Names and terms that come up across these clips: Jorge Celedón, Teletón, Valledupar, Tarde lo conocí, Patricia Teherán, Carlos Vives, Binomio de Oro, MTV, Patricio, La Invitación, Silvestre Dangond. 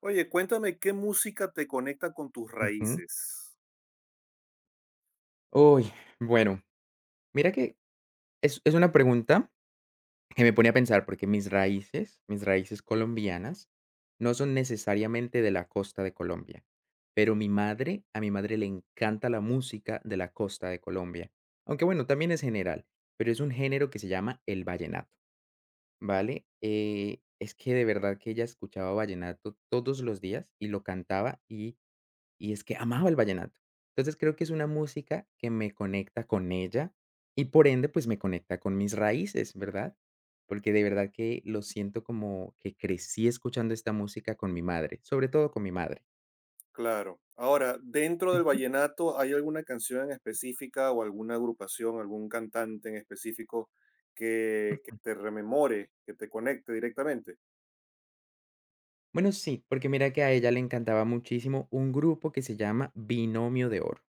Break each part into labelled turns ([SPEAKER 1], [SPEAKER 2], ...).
[SPEAKER 1] Oye, cuéntame qué música te conecta con tus
[SPEAKER 2] Ujú.
[SPEAKER 1] raíces.
[SPEAKER 2] Uy, bueno, mira que es una pregunta que me pone a pensar, porque mis raíces colombianas, no son necesariamente de la costa de Colombia, pero mi madre, a mi madre le encanta la música de la costa de Colombia, aunque bueno, también es general, pero es un género que se llama el vallenato, ¿vale? Es que de verdad que ella escuchaba vallenato todos los días y lo cantaba Y es que amaba el vallenato. Entonces, creo que es una música que me conecta con ella y, por ende, pues, me conecta con mis raíces, ¿verdad? Porque de verdad que lo siento como que crecí escuchando esta música con mi madre, sobre todo con mi madre.
[SPEAKER 1] Claro. Ahora, dentro del
[SPEAKER 2] Ujú.
[SPEAKER 1] vallenato, ¿hay alguna canción en específica o alguna agrupación, algún cantante en específico que, te rememore, que te conecte directamente?
[SPEAKER 2] Bueno, sí, porque mira que a ella le encantaba muchísimo un grupo que se llama Binomio de Oro.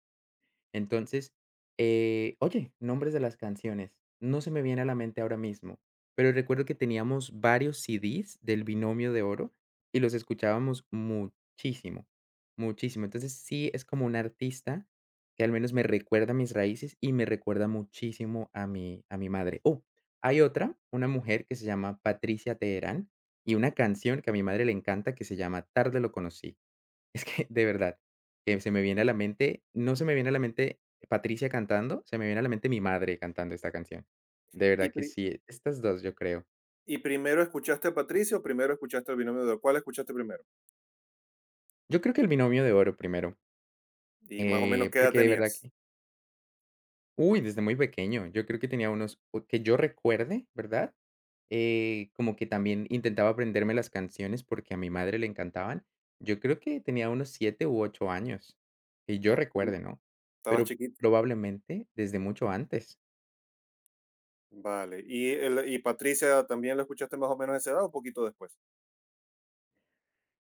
[SPEAKER 2] Entonces, oye, nombres de las canciones. No se me viene a la mente ahora mismo, pero recuerdo que teníamos varios CDs del Binomio de Oro y los escuchábamos muchísimo, muchísimo. Entonces, sí es como un artista que al menos me recuerda mis raíces y me recuerda muchísimo a mi madre. Oh, hay otra, una mujer que se llama Patricia Teherán y una canción que a mi madre le encanta que se llama Tarde lo conocí. Es que, de verdad, que se me viene a la mente, no se me viene a la mente Patricia cantando, se me viene a la mente mi madre cantando esta canción. De
[SPEAKER 1] Y,
[SPEAKER 2] verdad que
[SPEAKER 1] pri-
[SPEAKER 2] sí, estas dos yo creo.
[SPEAKER 1] y primero escuchaste a Patricio, o primero escuchaste al binomio de Oro. ¿Cuál escuchaste primero?
[SPEAKER 2] Yo creo que el binomio de oro primero,
[SPEAKER 1] Y más o menos, ¿qué edad
[SPEAKER 2] porque de verdad
[SPEAKER 1] tenías?
[SPEAKER 2] que uy, desde muy pequeño, yo creo que tenía unos, o que yo recuerde, ¿verdad? Como que también intentaba aprenderme las canciones porque a mi madre le encantaban. Yo creo que tenía unos 7 u 8 años, que yo
[SPEAKER 1] Estabas
[SPEAKER 2] recuerde,
[SPEAKER 1] chiquito.
[SPEAKER 2] ¿no?
[SPEAKER 1] Estabas
[SPEAKER 2] Pero
[SPEAKER 1] chiquito.
[SPEAKER 2] probablemente desde mucho antes.
[SPEAKER 1] Vale. ¿Y, y Patricia también lo escuchaste más o menos a esa edad o un poquito después?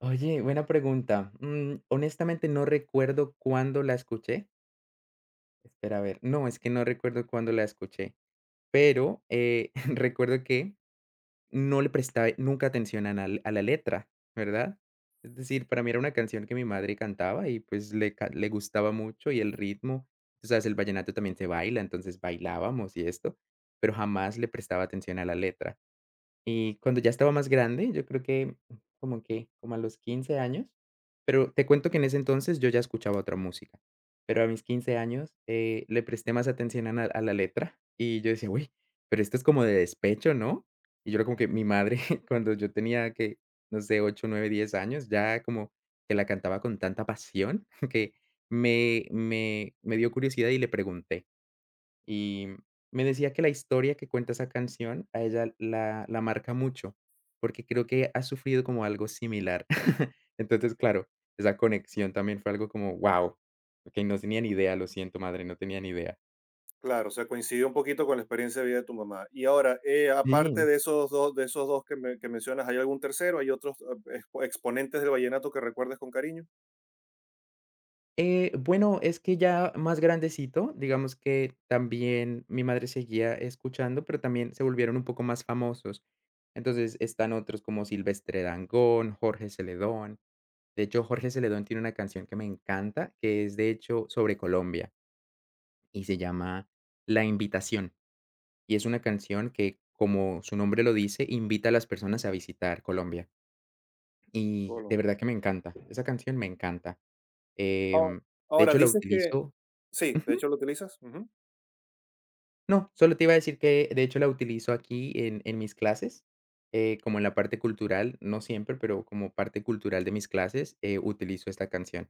[SPEAKER 2] Oye, buena pregunta. Honestamente, no recuerdo cuándo la escuché. Espera, a ver. No, es que no recuerdo cuándo la escuché, pero, recuerdo que no le prestaba nunca atención a la letra, ¿verdad? Es decir, para mí era una canción que mi madre cantaba y, pues, le gustaba mucho y el ritmo. Tú sabes, el vallenato también se baila, entonces bailábamos y esto, pero jamás le prestaba atención a la letra. Y cuando ya estaba más grande, yo creo que como a los 15 años, pero te cuento que en ese entonces yo ya escuchaba otra música, pero a mis 15 años, le presté más atención a la letra y yo decía: "Uy, pero esto es como de despecho, ¿no?". Y yo era como que mi madre, cuando yo tenía que, no sé, 8, 9, 10 años, ya como que la cantaba con tanta pasión que me dio curiosidad y le pregunté. Y me decía que la historia que cuenta esa canción a ella la marca mucho, porque creo que ha sufrido como algo similar. Entonces, claro, esa conexión también fue algo como, wow, okey, no tenía ni idea, lo siento, madre, no tenía ni idea.
[SPEAKER 1] Claro, o sea, coincidió un poquito con la experiencia de vida de tu mamá. Y ahora, aparte
[SPEAKER 2] Sí.
[SPEAKER 1] de esos dos que, que mencionas, ¿hay algún tercero? ¿Hay otros exponentes del vallenato que recuerdes con cariño?
[SPEAKER 2] Bueno, es que ya más grandecito, digamos que también mi madre seguía escuchando, pero también se volvieron un poco más famosos. Entonces, están otros como Silvestre Dangond, Jorge Celedón. De hecho, Jorge Celedón tiene una canción que me encanta, que es de hecho sobre Colombia y se llama La Invitación. Y es una canción que, como su nombre lo dice, invita a las personas a visitar Colombia. Y de
[SPEAKER 1] Colombia.
[SPEAKER 2] verdad que me encanta. Esa canción me encanta.
[SPEAKER 1] Oh,
[SPEAKER 2] Em, de
[SPEAKER 1] ahora,
[SPEAKER 2] hecho, la
[SPEAKER 1] dices que...
[SPEAKER 2] utilizo.
[SPEAKER 1] Sí, de
[SPEAKER 2] Ujú.
[SPEAKER 1] hecho lo utilizas. Ujú.
[SPEAKER 2] No, solo te iba a decir que, de hecho, la utilizo aquí en mis clases, como en la parte cultural, no siempre, pero como parte cultural de mis clases, utilizo esta canción.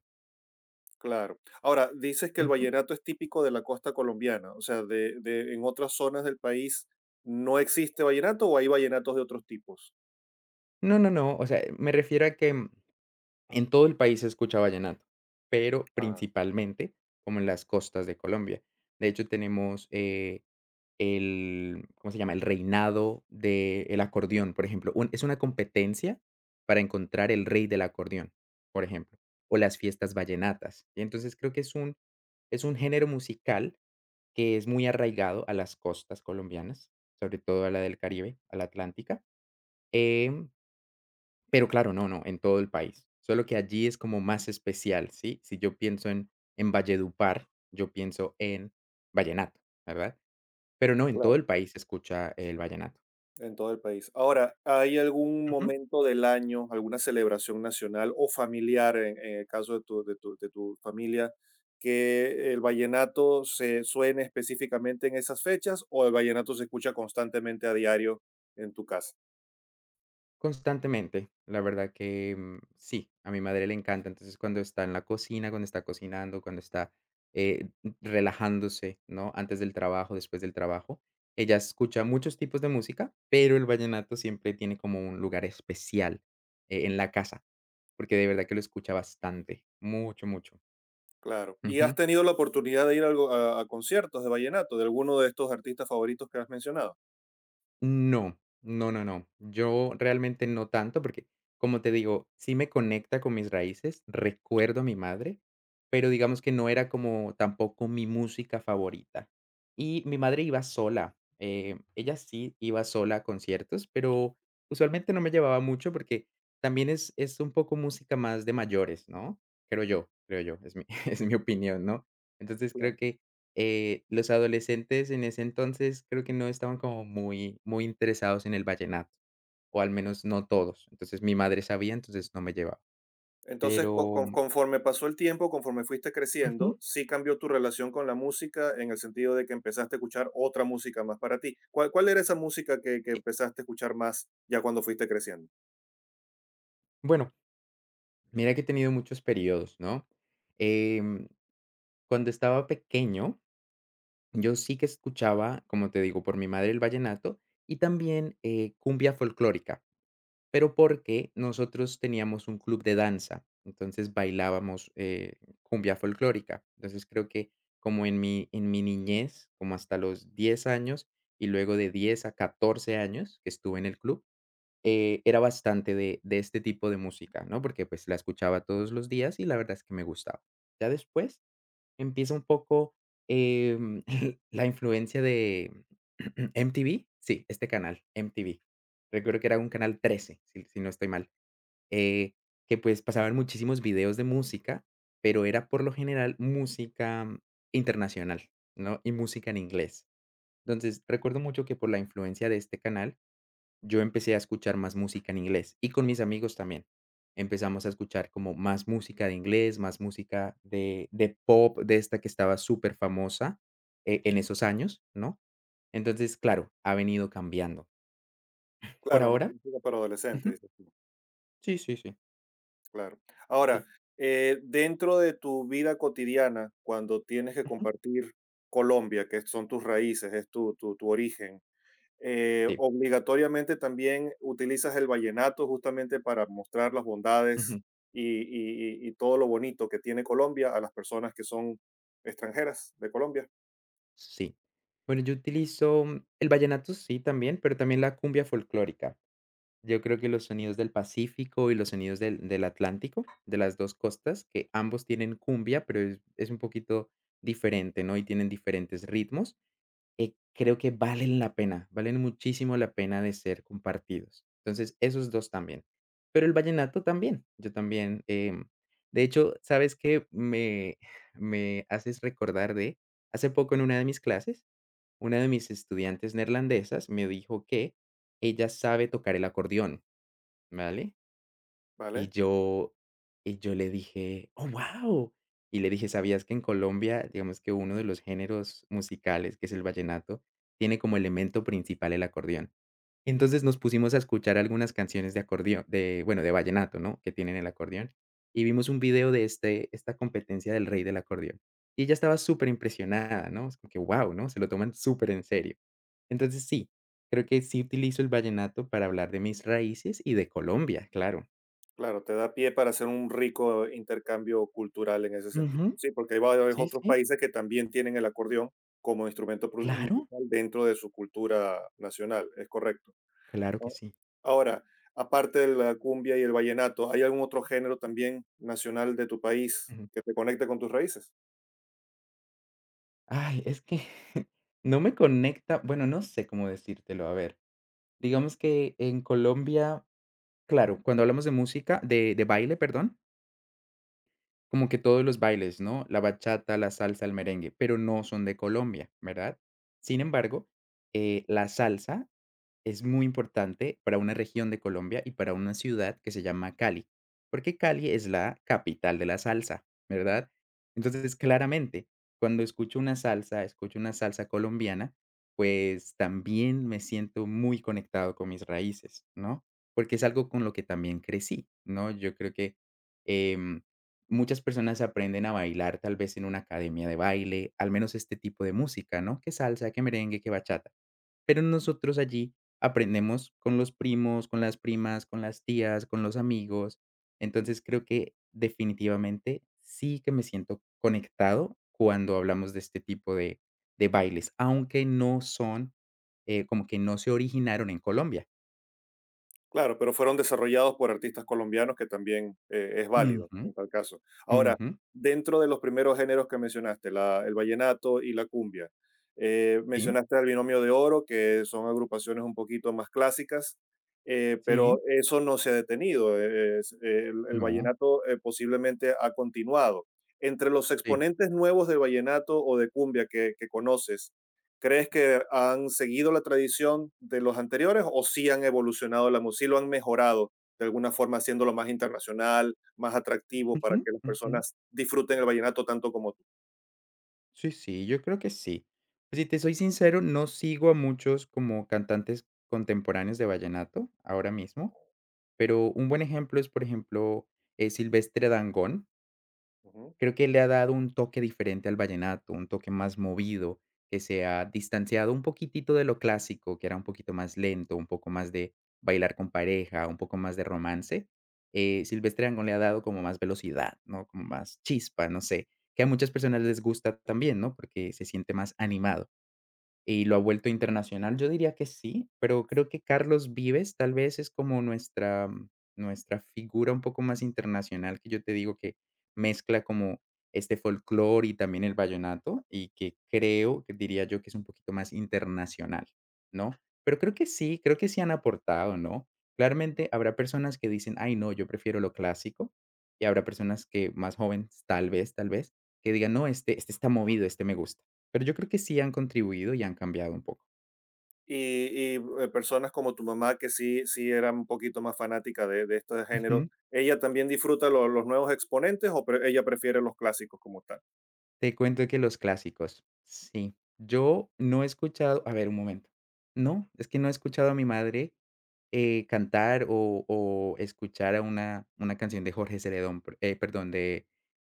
[SPEAKER 1] Claro. Ahora, dices que el
[SPEAKER 2] Ujú.
[SPEAKER 1] vallenato es típico de la costa colombiana, o sea, en otras zonas del país no existe vallenato o hay vallenatos de otros tipos.
[SPEAKER 2] No, no, no, o sea, me refiero a que en todo el país se escucha vallenato, pero
[SPEAKER 1] Ah,
[SPEAKER 2] principalmente como en las costas de Colombia. De hecho, tenemos, el, ¿cómo se llama? El reinado del acordeón, por ejemplo. Un Es una competencia para encontrar el rey del acordeón, por ejemplo, o las fiestas vallenatas. Y entonces creo que es un género musical que es muy arraigado a las costas colombianas, sobre todo a la del Caribe, a la Atlántica. Em pero claro, no, no, en todo el país. Solo que allí es como más especial, ¿sí? Si yo pienso en Valledupar, yo pienso en vallenato, ¿verdad? Pero no, en todo
[SPEAKER 1] claro.
[SPEAKER 2] el país se escucha el vallenato.
[SPEAKER 1] En todo el país. Ahora, ¿hay algún
[SPEAKER 2] Ujú.
[SPEAKER 1] momento del año, alguna celebración nacional o familiar, en el caso de tu, de tu familia, que el vallenato se suene específicamente en esas fechas o el vallenato se escucha constantemente a diario en tu casa?
[SPEAKER 2] Constantemente, la verdad que, sí, a mi madre le encanta. Entonces, cuando está en la cocina, cuando está cocinando, cuando está, eh, relajándose, ¿no? Antes del trabajo, después del trabajo, ella escucha muchos tipos de música, pero el vallenato siempre tiene como un lugar especial, en la casa. Porque de verdad que lo escucha bastante, mucho, mucho.
[SPEAKER 1] Claro. ¿Y has
[SPEAKER 2] Ujú.
[SPEAKER 1] tenido la oportunidad de ir a conciertos de vallenato de alguno de estos artistas favoritos que has mencionado?
[SPEAKER 2] No, no, no, no. Yo realmente no tanto, porque, como te digo, sí me conecta con mis raíces, recuerdo a mi madre, pero digamos que no era como tampoco mi música favorita. Y mi madre iba sola, ella sí iba sola a conciertos, pero usualmente no me llevaba mucho porque también es un poco música más de mayores, ¿no? Creo yo, es mi es mi opinión, ¿no? Entonces creo que los adolescentes en ese entonces creo que no estaban como muy muy interesados en el vallenato, o al menos no todos. Entonces, mi madre sabía, entonces no me llevaba.
[SPEAKER 1] Entonces,
[SPEAKER 2] Pero,
[SPEAKER 1] conforme pasó el tiempo, conforme fuiste
[SPEAKER 2] ujú.
[SPEAKER 1] creciendo, sí cambió tu relación con la música en el sentido de que empezaste a escuchar otra música más para ti. ¿Cuál, cuál era esa música que empezaste a escuchar más ya cuando fuiste creciendo?
[SPEAKER 2] Bueno, mira que he tenido muchos periodos, ¿no? Em, cuando estaba pequeño, yo sí que escuchaba, como te digo, por mi madre el vallenato y también, cumbia folclórica, pero porque nosotros teníamos un club de danza, entonces bailábamos, cumbia folclórica. Entonces, creo que como en mi niñez, como hasta los 10 años, y luego de 10 a 14 años que estuve en el club, era bastante de este tipo de música, ¿no? Porque, pues, la escuchaba todos los días y la verdad es que me gustaba. Ya después empieza un poco, em, la influencia de MTV, sí, este canal, MTV. Recuerdo que era un canal 13, si no estoy mal, eh, que, pues, pasaban muchísimos videos de música, pero era, por lo general, música internacional, ¿no? Y música en inglés. Entonces, recuerdo mucho que por la influencia de este canal yo empecé a escuchar más música en inglés y con mis amigos también. Empezamos a escuchar como más música de inglés, más música de pop, de esta que estaba superfamosa, en esos años, ¿no? Entonces, claro, ha venido cambiando. Por
[SPEAKER 1] Claro, más
[SPEAKER 2] ahora,
[SPEAKER 1] música para adolescentes,
[SPEAKER 2] ujú,
[SPEAKER 1] dices tú,
[SPEAKER 2] sí, sí, sí,
[SPEAKER 1] claro. Ahora,
[SPEAKER 2] sí,
[SPEAKER 1] dentro de tu vida cotidiana, cuando tienes que
[SPEAKER 2] ujú,
[SPEAKER 1] compartir Colombia, que son tus raíces, es tu, tu origen,
[SPEAKER 2] sí,
[SPEAKER 1] obligatoriamente también utilizas el vallenato justamente para mostrar las bondades
[SPEAKER 2] ujú,
[SPEAKER 1] y, y todo lo bonito que tiene Colombia a las personas que son extranjeras de Colombia,
[SPEAKER 2] sí. Bueno, yo utilizo, el vallenato sí, también, pero también la cumbia folclórica. Yo creo que los sonidos del Pacífico y los sonidos del Atlántico, de las 2 costas, que ambos tienen cumbia, pero es un poquito diferente, ¿no? Y tienen diferentes ritmos, creo que valen la pena, valen muchísimo la pena de ser compartidos. Entonces, esos 2 también. Pero el vallenato también, yo también, de hecho, ¿sabes qué? Me me haces recordar de hace poco en una de mis clases, una de mis estudiantes neerlandesas me dijo que ella sabe tocar el acordeón. ¿Vale? Y
[SPEAKER 1] ¿vale?
[SPEAKER 2] yo le dije: "Oh, wow". Y le dije: "¿Sabías que en Colombia, digamos que uno de los géneros musicales, que es el vallenato, tiene como elemento principal el acordeón?". Entonces nos pusimos a escuchar algunas canciones de acordeón de, bueno, de vallenato, ¿no?, que tienen el acordeón, y vimos un video de esta competencia del rey del acordeón. Y ella estaba súper impresionada, ¿no? Es como que, wow, ¿no? Se lo toman súper en serio. Entonces sí, creo que sí utilizo el vallenato para hablar de mis raíces y de Colombia, claro.
[SPEAKER 1] Claro, te da pie para hacer un rico intercambio cultural en ese sentido.
[SPEAKER 2] Ujú.
[SPEAKER 1] Sí, porque hay varios
[SPEAKER 2] Sí,
[SPEAKER 1] otros
[SPEAKER 2] sí,
[SPEAKER 1] países que también tienen el acordeón como instrumento
[SPEAKER 2] claro,
[SPEAKER 1] musical dentro de su cultura nacional, es correcto.
[SPEAKER 2] claro que
[SPEAKER 1] ¿No?
[SPEAKER 2] sí.
[SPEAKER 1] Ahora, aparte de la cumbia y el vallenato, ¿hay algún otro género también nacional de tu país
[SPEAKER 2] Ujú.
[SPEAKER 1] que te conecte con tus raíces?
[SPEAKER 2] Ay, es que no me conecta, bueno, no sé cómo decírtelo, a ver, digamos que en Colombia, claro, cuando hablamos de música, de baile, perdón, como que todos los bailes, ¿no? La bachata, la salsa, el merengue, pero no son de Colombia, ¿verdad? Sin embargo, la salsa es muy importante para una región de Colombia y para una ciudad que se llama Cali, porque Cali es la capital de la salsa, ¿verdad? Entonces, claramente, cuando escucho una salsa colombiana, pues también me siento muy conectado con mis raíces, ¿no? Porque es algo con lo que también crecí, ¿no? Yo creo que em, muchas personas aprenden a bailar tal vez en una academia de baile, al menos este tipo de música, ¿no? Que salsa, que merengue, que bachata, pero nosotros allí aprendemos con los primos, con las primas, con las tías, con los amigos. Entonces, creo que definitivamente sí que me siento conectado cuando hablamos de este tipo de bailes, aunque no son, como que no se originaron en Colombia.
[SPEAKER 1] Claro, pero fueron desarrollados por artistas colombianos, que también es válido
[SPEAKER 2] Ujú,
[SPEAKER 1] en tal caso. Ahora,
[SPEAKER 2] ujú,
[SPEAKER 1] dentro de los primeros géneros que mencionaste, el vallenato y la cumbia,
[SPEAKER 2] sí,
[SPEAKER 1] mencionaste al Binomio de Oro, que son agrupaciones un poquito más clásicas, pero
[SPEAKER 2] sí,
[SPEAKER 1] eso no se ha detenido. El
[SPEAKER 2] no,
[SPEAKER 1] vallenato posiblemente ha continuado. Entre los
[SPEAKER 2] sí.
[SPEAKER 1] exponentes nuevos de vallenato o de cumbia que conoces, ¿crees que han seguido la tradición de los anteriores o sí han evolucionado la música, sí lo han mejorado de alguna forma haciéndolo más internacional, más atractivo
[SPEAKER 2] Ujú,
[SPEAKER 1] para que las
[SPEAKER 2] ujú.
[SPEAKER 1] personas disfruten el vallenato tanto como tú?
[SPEAKER 2] Sí, sí, yo creo que sí. Pues, si te soy sincero, no sigo a muchos como cantantes contemporáneos de vallenato ahora mismo. Pero un buen ejemplo es, por ejemplo, Silvestre Dangond.
[SPEAKER 1] Ujú.
[SPEAKER 2] Creo que le ha dado un toque diferente al vallenato, un toque más movido, que se ha distanciado un poquitito de lo clásico, que era un poquito más lento, un poco más de bailar con pareja, un poco más de romance. Silvestre Dangond le ha dado como más velocidad, ¿no? Como más chispa, no sé, que a muchas personas les gusta también, ¿no? Porque se siente más animado. Y lo ha vuelto internacional, yo diría que sí, pero creo que Carlos Vives tal vez es como nuestra, nuestra figura un poco más internacional, que yo te digo que mezcla como este folclore y también el vallenato, y que creo, que diría yo que es un poquito más internacional, ¿no? Pero creo que sí han aportado, ¿no? Claramente habrá personas que dicen: "Ay, no, yo prefiero lo clásico", y habrá personas que más jóvenes, tal vez, que digan: "No, este está movido, este me gusta". Pero yo creo que sí han contribuido y han cambiado un poco.
[SPEAKER 1] Y, y, personas como tu mamá que sí, sí era un poquito más fanática de este género,
[SPEAKER 2] Ujú.
[SPEAKER 1] ¿ella también disfruta los nuevos exponentes o ella prefiere los clásicos como tal?
[SPEAKER 2] Te cuento que los clásicos, sí. Yo no he escuchado, a ver, un momento. No, es que no he escuchado a mi madre, cantar o escuchar a una canción de Jorge Celedón, pr perdón, de,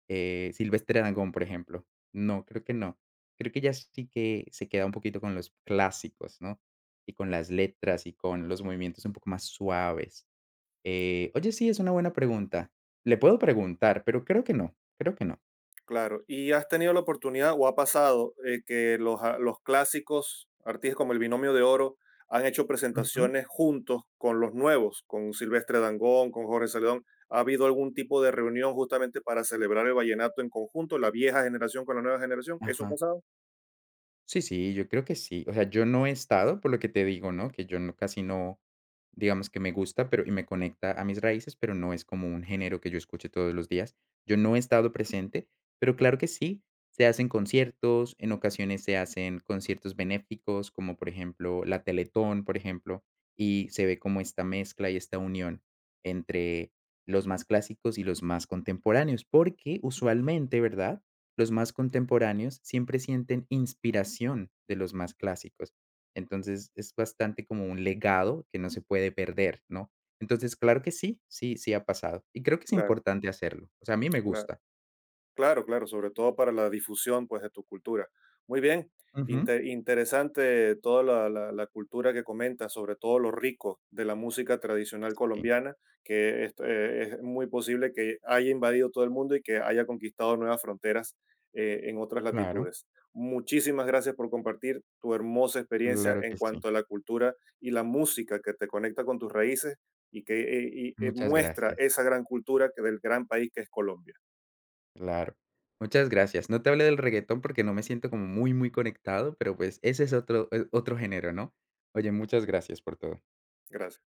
[SPEAKER 2] Silvestre Dangond, por ejemplo. No, creo que no. Creo que ya sí que se queda un poquito con los clásicos, ¿no? Y con las letras y con los movimientos un poco más suaves. Oye, sí, es una buena pregunta. Le puedo preguntar, pero creo que no, creo que no.
[SPEAKER 1] Claro, ¿y has tenido la oportunidad o ha pasado que los, los clásicos artistas como el Binomio de Oro han hecho
[SPEAKER 2] Ujú.
[SPEAKER 1] presentaciones juntos con los nuevos, con Silvestre Dangond, con Jorge Celedón? ¿Ha habido algún tipo de reunión justamente para celebrar el vallenato en conjunto, la vieja generación con la nueva generación? ¿Eso ha
[SPEAKER 2] Ajá.
[SPEAKER 1] pasado?
[SPEAKER 2] Sí, sí, yo creo que sí. O sea, yo no he estado, por lo que te digo, ¿no? Que yo no, casi no, digamos que me gusta, pero y me conecta a mis raíces, pero no es como un género que yo escuche todos los días. Yo no he estado presente, pero claro que sí, se hacen conciertos, en ocasiones se hacen conciertos benéficos, como por ejemplo la Teletón, por ejemplo, y se ve como esta mezcla y esta unión entre los más clásicos y los más contemporáneos, porque usualmente, ¿verdad? Los más contemporáneos siempre sienten inspiración de los más clásicos. Entonces, es bastante como un legado que no se puede perder, ¿no? Entonces, claro que sí, sí, sí ha pasado. Y creo que es
[SPEAKER 1] Claro,
[SPEAKER 2] importante hacerlo. O sea, a mí me
[SPEAKER 1] claro.
[SPEAKER 2] gusta.
[SPEAKER 1] Claro, claro, sobre todo para la difusión, pues, de tu cultura. Muy bien,
[SPEAKER 2] Ujú.
[SPEAKER 1] interesante toda la, la cultura que comentas, sobre todo lo rico de la música tradicional
[SPEAKER 2] Sí,
[SPEAKER 1] colombiana, que es muy posible que haya invadido todo el mundo y que haya conquistado nuevas fronteras en otras
[SPEAKER 2] claro,
[SPEAKER 1] latitudes. Muchísimas gracias por compartir tu hermosa experiencia
[SPEAKER 2] claro
[SPEAKER 1] en
[SPEAKER 2] que sí.
[SPEAKER 1] cuanto a la cultura y la música que te conecta con tus raíces y que
[SPEAKER 2] Muchas
[SPEAKER 1] muestra
[SPEAKER 2] gracias.
[SPEAKER 1] esa gran cultura que del gran país que es Colombia.
[SPEAKER 2] Claro. Muchas gracias. No te hablé del reggaetón porque no me siento como muy, muy conectado, pero pues ese es otro, otro género, ¿no? Oye, muchas gracias por todo.
[SPEAKER 1] Gracias.